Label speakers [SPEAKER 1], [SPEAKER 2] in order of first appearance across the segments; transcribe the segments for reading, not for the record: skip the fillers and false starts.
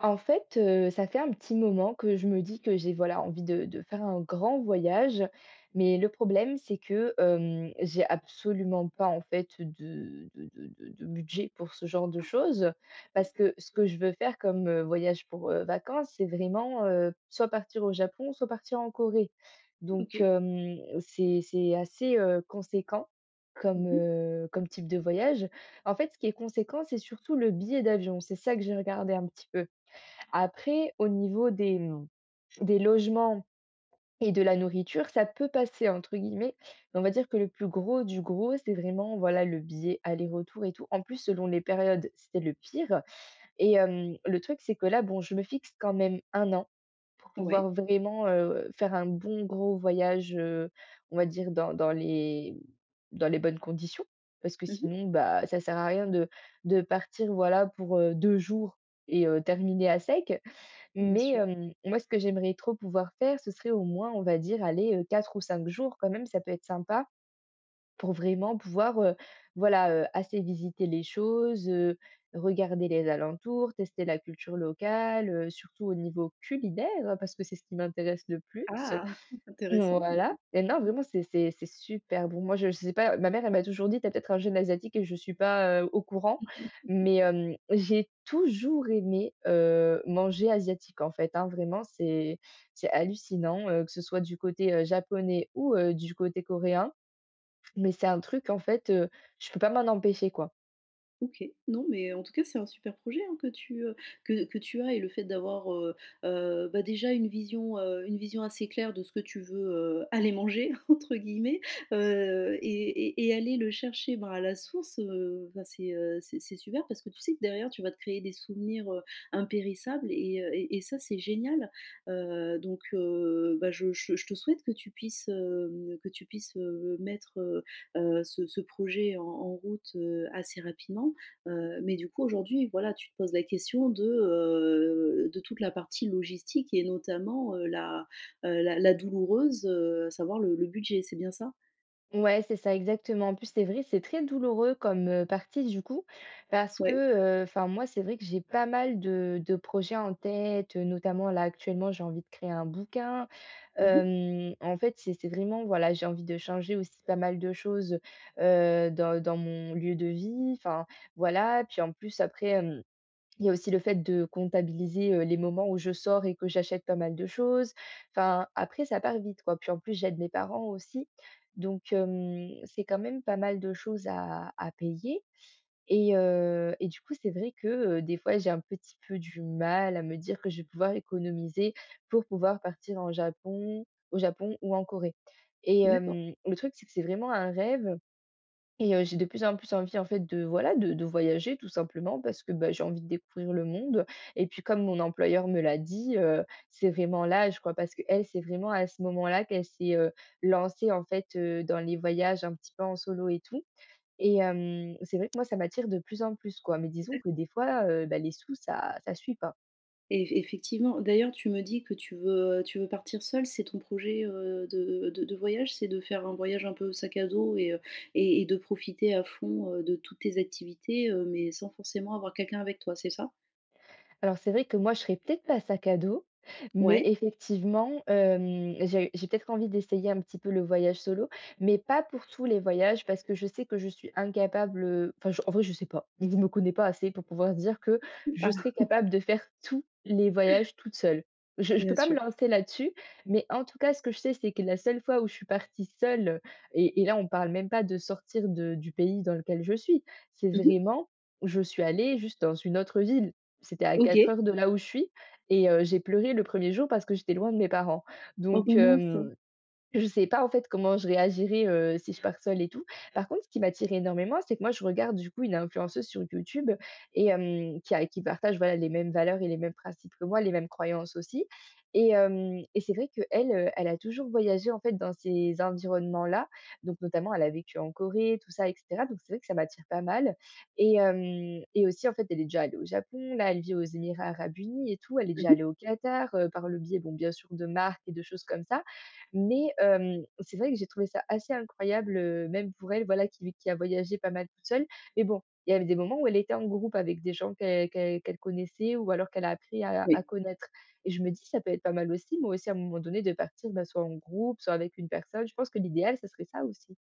[SPEAKER 1] En fait, ça fait un petit moment que je me dis que j'ai, voilà, envie de faire un grand voyage. Mais le problème, c'est que, j'ai absolument pas, en fait, de budget pour ce genre de choses. Parce que ce que je veux faire comme, voyage pour, vacances, c'est vraiment, soit partir au Japon, soit partir en Corée. Donc,
[SPEAKER 2] OK.
[SPEAKER 1] c'est assez, conséquent comme,
[SPEAKER 2] Mmh.
[SPEAKER 1] comme type de voyage. En fait, ce qui est conséquent, c'est surtout le billet d'avion. C'est ça que j'ai regardé un petit peu. Après, au niveau des, des logements et de la nourriture, ça peut «passer» entre guillemets, mais on va dire que le plus gros du gros, c'est vraiment, voilà, le billet aller-retour et tout. En plus, selon les périodes, c'était le pire et le truc, c'est que là, bon, je me fixe quand même un an pour
[SPEAKER 2] Ouais.
[SPEAKER 1] pouvoir vraiment, faire un bon gros voyage, on va dire dans les bonnes conditions. Parce que
[SPEAKER 2] Mmh.
[SPEAKER 1] sinon, bah, ça sert à rien de partir, voilà, pour, 2 jours et terminer à sec.
[SPEAKER 2] Bien
[SPEAKER 1] Mais
[SPEAKER 2] sûr.
[SPEAKER 1] moi, ce que j'aimerais trop pouvoir faire, ce serait au moins, on va dire, aller, 4 ou 5 jours quand même, ça peut être sympa pour vraiment pouvoir, voilà, assez visiter les choses, regarder les alentours, tester la culture locale, surtout au niveau culinaire, parce que c'est ce qui m'intéresse le plus.
[SPEAKER 2] Ah! Intéressant.
[SPEAKER 1] Voilà et non, vraiment, c'est super bon. Moi, je sais pas, ma mère, elle m'a toujours dit: t'as peut-être un gène asiatique» et je suis pas, au courant, mais j'ai toujours aimé, manger asiatique, en fait, hein. Vraiment, c'est hallucinant, que ce soit du côté, japonais ou du côté coréen, mais c'est un truc, en fait, je peux pas m'en empêcher, quoi.
[SPEAKER 2] OK. Non, mais en tout cas, c'est un super projet, hein, que tu as et le fait d'avoir, bah, déjà une vision assez claire de ce que tu veux, «aller manger» entre guillemets, et aller le chercher, ben, à la source, enfin, c'est super parce que tu sais que derrière, tu vas te créer des souvenirs, impérissables et ça, c'est génial. Bah, je te souhaite que tu puisses, que tu puisses, mettre, ce ce projet en en route, assez rapidement. Mais du coup, aujourd'hui, voilà, tu te poses la question de toute la partie logistique et notamment, la, la la douloureuse, à savoir le budget, c'est bien ça?
[SPEAKER 1] Ouais, c'est ça, exactement. En plus, c'est vrai, c'est très douloureux comme partie du coup, parce
[SPEAKER 2] Ouais.
[SPEAKER 1] que, enfin moi, c'est vrai que j'ai pas mal de projets en tête, notamment là, actuellement, j'ai envie de créer un bouquin.
[SPEAKER 2] Mmh mh.
[SPEAKER 1] En fait, c'est vraiment voilà, j'ai envie de changer aussi pas mal de choses, dans mon lieu de vie, enfin voilà. Puis en plus après, hem il y a aussi le fait de comptabiliser, les moments où je sors et que j'achète pas mal de choses. Enfin, après ça part vite, quoi. Puis en plus, j'aide mes parents aussi. Donc, c'est quand même pas mal de choses à payer et du coup, c'est vrai que, des fois, j'ai un petit peu du mal à me dire que je vais pouvoir économiser pour pouvoir partir en Japon au Japon ou en Corée et
[SPEAKER 2] D'accord.
[SPEAKER 1] le truc, c'est que c'est vraiment un rêve et j'ai de plus en plus envie en fait de voilà, de voyager tout simplement parce que, bah, j'ai envie de découvrir le monde et puis comme mon employeur me l'a dit, c'est vraiment là, je crois parce que elle c'est vraiment à ce moment-là qu'elle s'est, lancée en fait, dans les voyages un petit peu en solo et tout et c'est vrai que moi ça m'attire de plus en plus quoi, mais disons que des fois, bah, les sous ça suit pas.
[SPEAKER 2] Et effectivement. D'ailleurs, tu me dis que tu veux partir seule. C'est ton projet, de voyage? C'est de faire un voyage un peu sac à dos et de profiter à fond, de toutes tes activités, mais sans forcément avoir quelqu'un avec toi, c'est ça?
[SPEAKER 1] Alors c'est vrai que moi, je serais peut-être pas sac à dos, mais
[SPEAKER 2] Ouais.
[SPEAKER 1] effectivement, j'ai peut-être envie d'essayer un petit peu le voyage solo, mais pas pour tous les voyages parce que je sais que je suis incapable, enfin je en vrai je sais pas. Je ne me connais pas assez pour pouvoir dire que je
[SPEAKER 2] Ah,
[SPEAKER 1] serais capable de faire tous les voyages toute seule. Je peux
[SPEAKER 2] bien
[SPEAKER 1] pas me
[SPEAKER 2] sûr.
[SPEAKER 1] lancer là-dessus, mais en tout cas, ce que je sais, c'est que la seule fois où je suis partie seule et là, on parle même pas de sortir de du pays dans lequel je suis. C'est
[SPEAKER 2] Mmh.
[SPEAKER 1] vraiment, je suis allée juste dans une autre ville. C'était à 4
[SPEAKER 2] OK.
[SPEAKER 1] heures de là où je suis et j'ai pleuré le premier jour parce que j'étais loin de mes parents.
[SPEAKER 2] Oh,
[SPEAKER 1] Donc
[SPEAKER 2] bah, mince.
[SPEAKER 1] hem je sais pas en fait comment je réagirais, si je pars seule et tout. Par contre, ce qui m'attire énormément, c'est que moi je regarde du coup une influenceuse sur YouTube et qui partage voilà les mêmes valeurs et les mêmes principes que moi, les mêmes croyances aussi et c'est vrai qu'elle, elle a toujours voyagé en fait dans ces environnements-là, donc notamment elle a vécu en Corée, tout ça et cetera, donc c'est vrai que ça m'attire pas mal et aussi en fait elle est déjà allée au Japon, là elle vit aux Émirats Arabes Unis et tout, elle est déjà
[SPEAKER 2] Mmh.
[SPEAKER 1] allée au Qatar, par le biais bon bien sûr de marques et de choses comme ça mais c'est vrai que j'ai trouvé ça assez incroyable, même pour elle, voilà, qui a voyagé pas mal toute seule. Mais bon, il y avait des moments où elle était en groupe avec des gens qu'elle connaissait ou alors qu'elle a appris à
[SPEAKER 2] Oui.
[SPEAKER 1] connaître. Et je me dis: «Ça peut être pas mal aussi, moi aussi, à un moment donné, de partir, bah, soit en groupe, soit avec une personne». Je pense que l'idéal, ce serait ça aussi.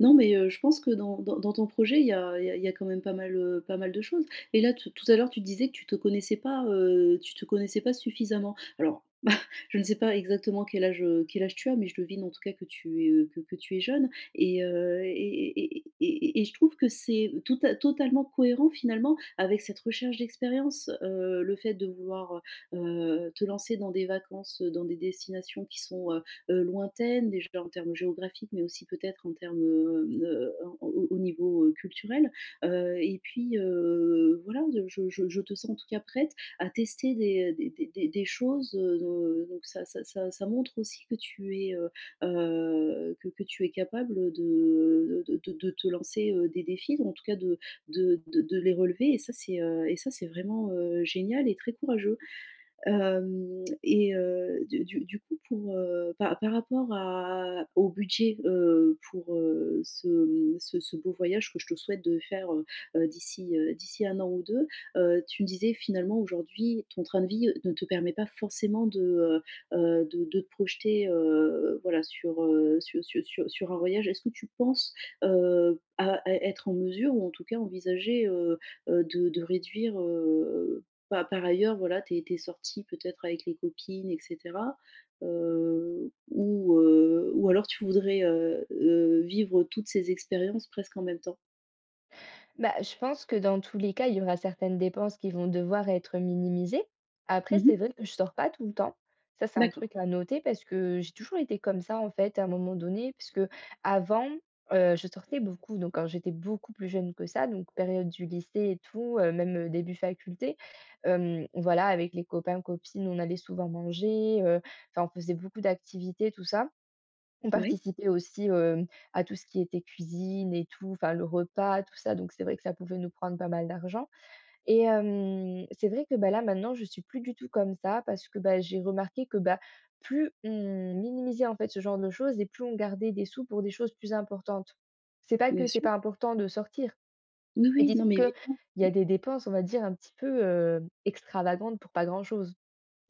[SPEAKER 2] Non, mais je pense que dans dans dans ton projet, il y a il y a il y a quand même pas mal, pas mal de choses et là, tout tout à l'heure, tu disais que tu te connaissais pas, tu te connaissais pas suffisamment. Alors, je ne sais pas exactement quel âge tu as, mais je devine en tout cas que tu es jeune et heu et et et je trouve que c'est totalement cohérent finalement avec cette recherche d'expérience, le fait de vouloir, heu te lancer dans des vacances, dans des destinations qui sont, lointaines, déjà en termes géographiques, mais aussi peut-être en termes, au au niveau, culturel, et puis, voilà, je te sens en tout cas prête à tester des, des choses, donc ça montre aussi que tu es capable de te lancer, des défis, ou en tout cas de les relever et ça c'est vraiment, génial et très courageux. Hem et du coup pour, par par rapport à au budget, pour, ce, ce ce beau voyage que je te souhaite de faire, d'ici, d'ici 1 an ou 2, tu me disais finalement aujourd'hui ton train de vie ne te permet pas forcément de te projeter, voilà sur, sur sur sur sur un voyage. Est-ce que tu penses, à être en mesure ou en tout cas envisager, de réduire, bah, par ailleurs, voilà, t'es es tu peut-être avec les copines et cetera, ou alors tu voudrais, vivre toutes ces expériences presque en même temps?
[SPEAKER 1] Bah, je pense que dans tous les cas, il y aura certaines dépenses qui vont devoir être minimisées. Après, c'est
[SPEAKER 2] Mmh.
[SPEAKER 1] vrai que je sors pas tout le temps. Ça, c'est un
[SPEAKER 2] D'accord.
[SPEAKER 1] truc à noter parce que j'ai toujours été comme ça, en fait, à un moment donné, puisque avant, je sortais beaucoup, donc quand j'étais beaucoup plus jeune que ça, donc période du lycée et tout, même début faculté, voilà, avec les copains, copines, on allait souvent manger, enfin, on faisait beaucoup d'activités, tout ça. On
[SPEAKER 2] Oui,
[SPEAKER 1] participait aussi, à tout ce qui était cuisine et tout, enfin le repas, tout ça, donc c'est vrai que ça pouvait nous prendre pas mal d'argent et c'est vrai que, bah, là maintenant je suis plus du tout comme ça parce que, bah, j'ai remarqué que, bah, plus on minimisait en fait ce genre de choses et plus on gardait des sous pour des choses plus importantes. C'est pas
[SPEAKER 2] bien
[SPEAKER 1] que c'est
[SPEAKER 2] sûr.
[SPEAKER 1] pas important de sortir,
[SPEAKER 2] Oui,
[SPEAKER 1] mais
[SPEAKER 2] oui,
[SPEAKER 1] disons
[SPEAKER 2] non mais
[SPEAKER 1] que
[SPEAKER 2] évidemment.
[SPEAKER 1] il y a des dépenses, on va dire un petit peu, extravagantes pour pas grand chose.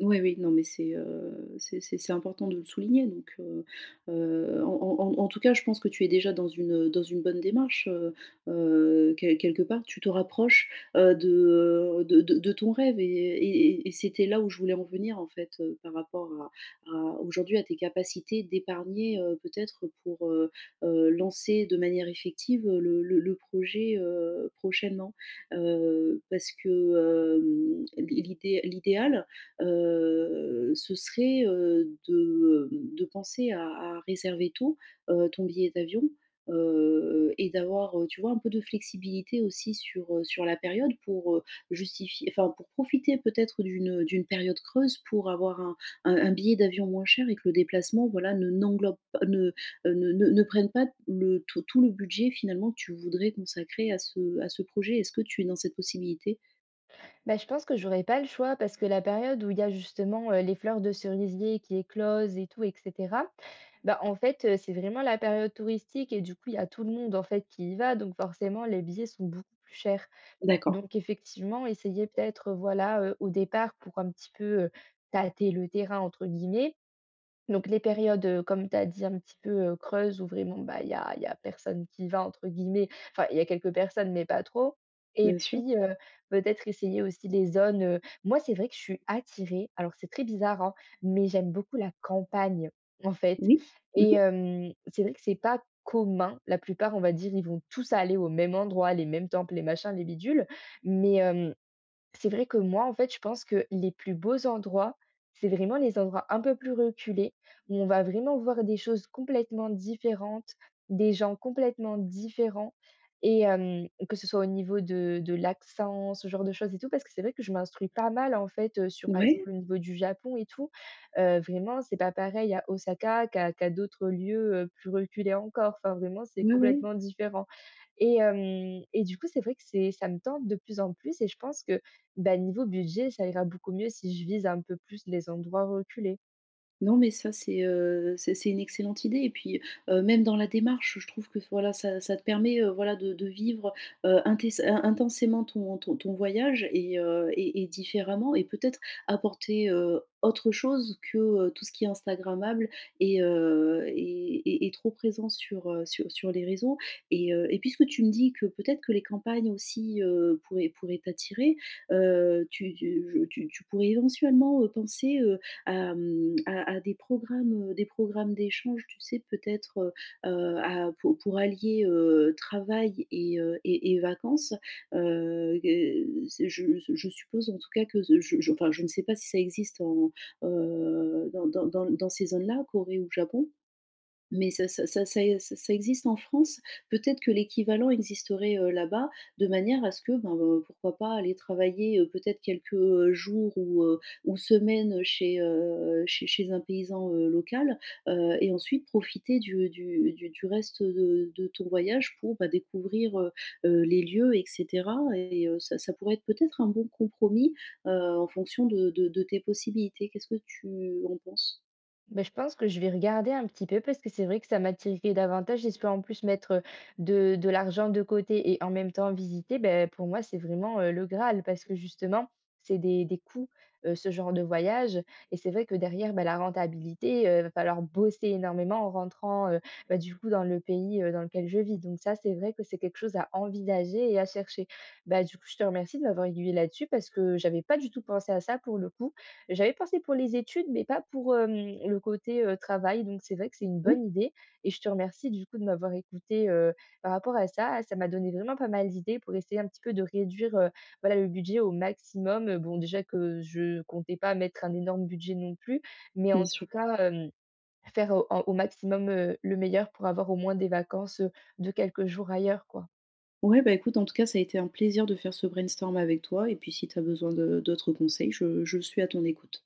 [SPEAKER 2] Oui, oui, non, mais c'est c'est important de le souligner donc en en en tout cas, je pense que tu es déjà dans une bonne démarche, quelque part, tu te rapproches, heu, de, de ton rêve et c'était là où je voulais en venir, en fait, par rapport à aujourd'hui à tes capacités d'épargner, peut-être pour, lancer de manière effective, le projet, prochainement. Parce que, l'idéal ce serait, de penser à réserver tôt, ton billet d'avion, et d'avoir, tu vois, un peu de flexibilité aussi sur, sur la période pour, justifier enfin, pour profiter peut-être d'une, d'une période creuse pour avoir un billet d'avion moins cher et que le déplacement, voilà, ne n'englobe pas ne, ne ne ne prenne pas le tout tout le budget finalement que tu voudrais consacrer à ce projet. Est-ce que tu es dans cette possibilité?
[SPEAKER 1] Bah, je pense que j'aurais pas le choix parce que la période où il y a justement, les fleurs de cerisier qui éclosent et tout et cetera, bah, en fait, c'est vraiment la période touristique et du coup, il y a tout le monde, en fait, qui y va donc forcément les billets sont beaucoup plus chers.
[SPEAKER 2] D'accord,
[SPEAKER 1] Donc effectivement, essayer peut-être, voilà, au départ pour un petit peu, «tâter le terrain» entre guillemets, donc les périodes, comme tu as dit, un petit peu, creuses où vraiment, bah, il y a «personne qui va» entre guillemets, enfin, il y a quelques personnes mais pas trop et
[SPEAKER 2] bien sûr.
[SPEAKER 1] puis, peut-être essayer aussi les zones, moi, c'est vrai que je suis attirée, alors c'est très bizarre, hein, mais j'aime beaucoup la campagne, en fait
[SPEAKER 2] Oui. Mmh.
[SPEAKER 1] et c'est vrai que c'est pas commun. La plupart, on va dire, ils vont tous aller au même endroit, les mêmes temples, les machins, les bidules mais c'est vrai que moi, en fait, je pense que les plus beaux endroits, c'est vraiment les endroits un peu plus reculés, où on va vraiment voir des choses complètement différentes, des gens complètement différents, et que ce soit au niveau de l'accent, ce genre de choses et tout, parce que c'est vrai que je m'instruis pas mal, en fait, sur, par exemple,
[SPEAKER 2] Ouais.
[SPEAKER 1] le niveau du Japon et tout. Vraiment, c'est pas pareil à Osaka qu'à d'autres lieux, plus reculés encore. Enfin, vraiment, c'est
[SPEAKER 2] Ouais, ouais.
[SPEAKER 1] complètement différent et du coup, c'est vrai que c'est ça me tente de plus en plus et je pense que bah, niveau budget, ça ira beaucoup mieux si je vise un peu plus les endroits reculés.
[SPEAKER 2] Non, mais ça, c'est une excellente idée et puis, même dans la démarche, je trouve que voilà, ça ça te permet, voilà, de vivre, intes in intensément ton ton ton voyage et différemment et peut-être apporter, autre chose que, tout ce qui est instagrammable et trop présent sur, sur sur les réseaux et puisque tu me dis que peut-être que les campagnes aussi, pourraient pourraient t'attirer, tu tu pourrais éventuellement, penser, à des programmes d'échange, tu sais, peut-être, heu à pour allier, travail et vacances. Gue c'est je suppose en tout cas que je enfin, je ne sais pas si ça existe en, dans dans dans dans ces zones-là, Corée ou Japon. Mais ça ça existe en France. Peut-être que l'équivalent existerait, là-bas, de manière à ce que, ben, pourquoi pas aller travailler, peut-être quelques, jours ou semaines chez, chez chez un paysan, local, et ensuite profiter du reste de ton voyage pour, bah, découvrir, les lieux et cetera ça ça pourrait être peut-être un bon compromis, heu, en fonction de tes possibilités. Qu'est-ce que tu en penses?
[SPEAKER 1] Ben je pense que je vais regarder un petit peu parce que c'est vrai que ça m'attirerait davantage. J'espère en plus mettre de l'argent de côté et en même temps visiter, ben, pour moi, c'est vraiment le Graal parce que justement, c'est des coûts, ce genre de voyage. Et c'est vrai que derrière, ben, la rentabilité, va falloir bosser énormément en rentrant bah, du coup dans le pays dans lequel je vis. Donc ça, c'est vrai que c'est quelque chose à envisager et à chercher. Ben du coup, je te remercie de m'avoir aiguillé là-dessus parce que j'avais pas du tout pensé à ça pour le coup. J'avais pensé pour les études, mais pas pour, le côté, travail, donc c'est vrai que c'est une bonne
[SPEAKER 2] Oui,
[SPEAKER 1] idée et je te remercie du coup de m'avoir écoutée, par rapport à ça. Ça m'a donné vraiment pas mal d'idées pour essayer un petit peu de réduire, voilà, le budget au maximum. Bon déjà que je comptais pas mettre un énorme budget non plus, mais
[SPEAKER 2] bien
[SPEAKER 1] en tout
[SPEAKER 2] sûr.
[SPEAKER 1] cas, faire au maximum, le meilleur pour avoir au moins des vacances, de quelques jours ailleurs, quoi.
[SPEAKER 2] Ouais, bah, écoute, en tout cas, ça a été un plaisir de faire ce brainstorm avec toi et puis si tu as besoin de d'autres conseils, je suis à ton écoute.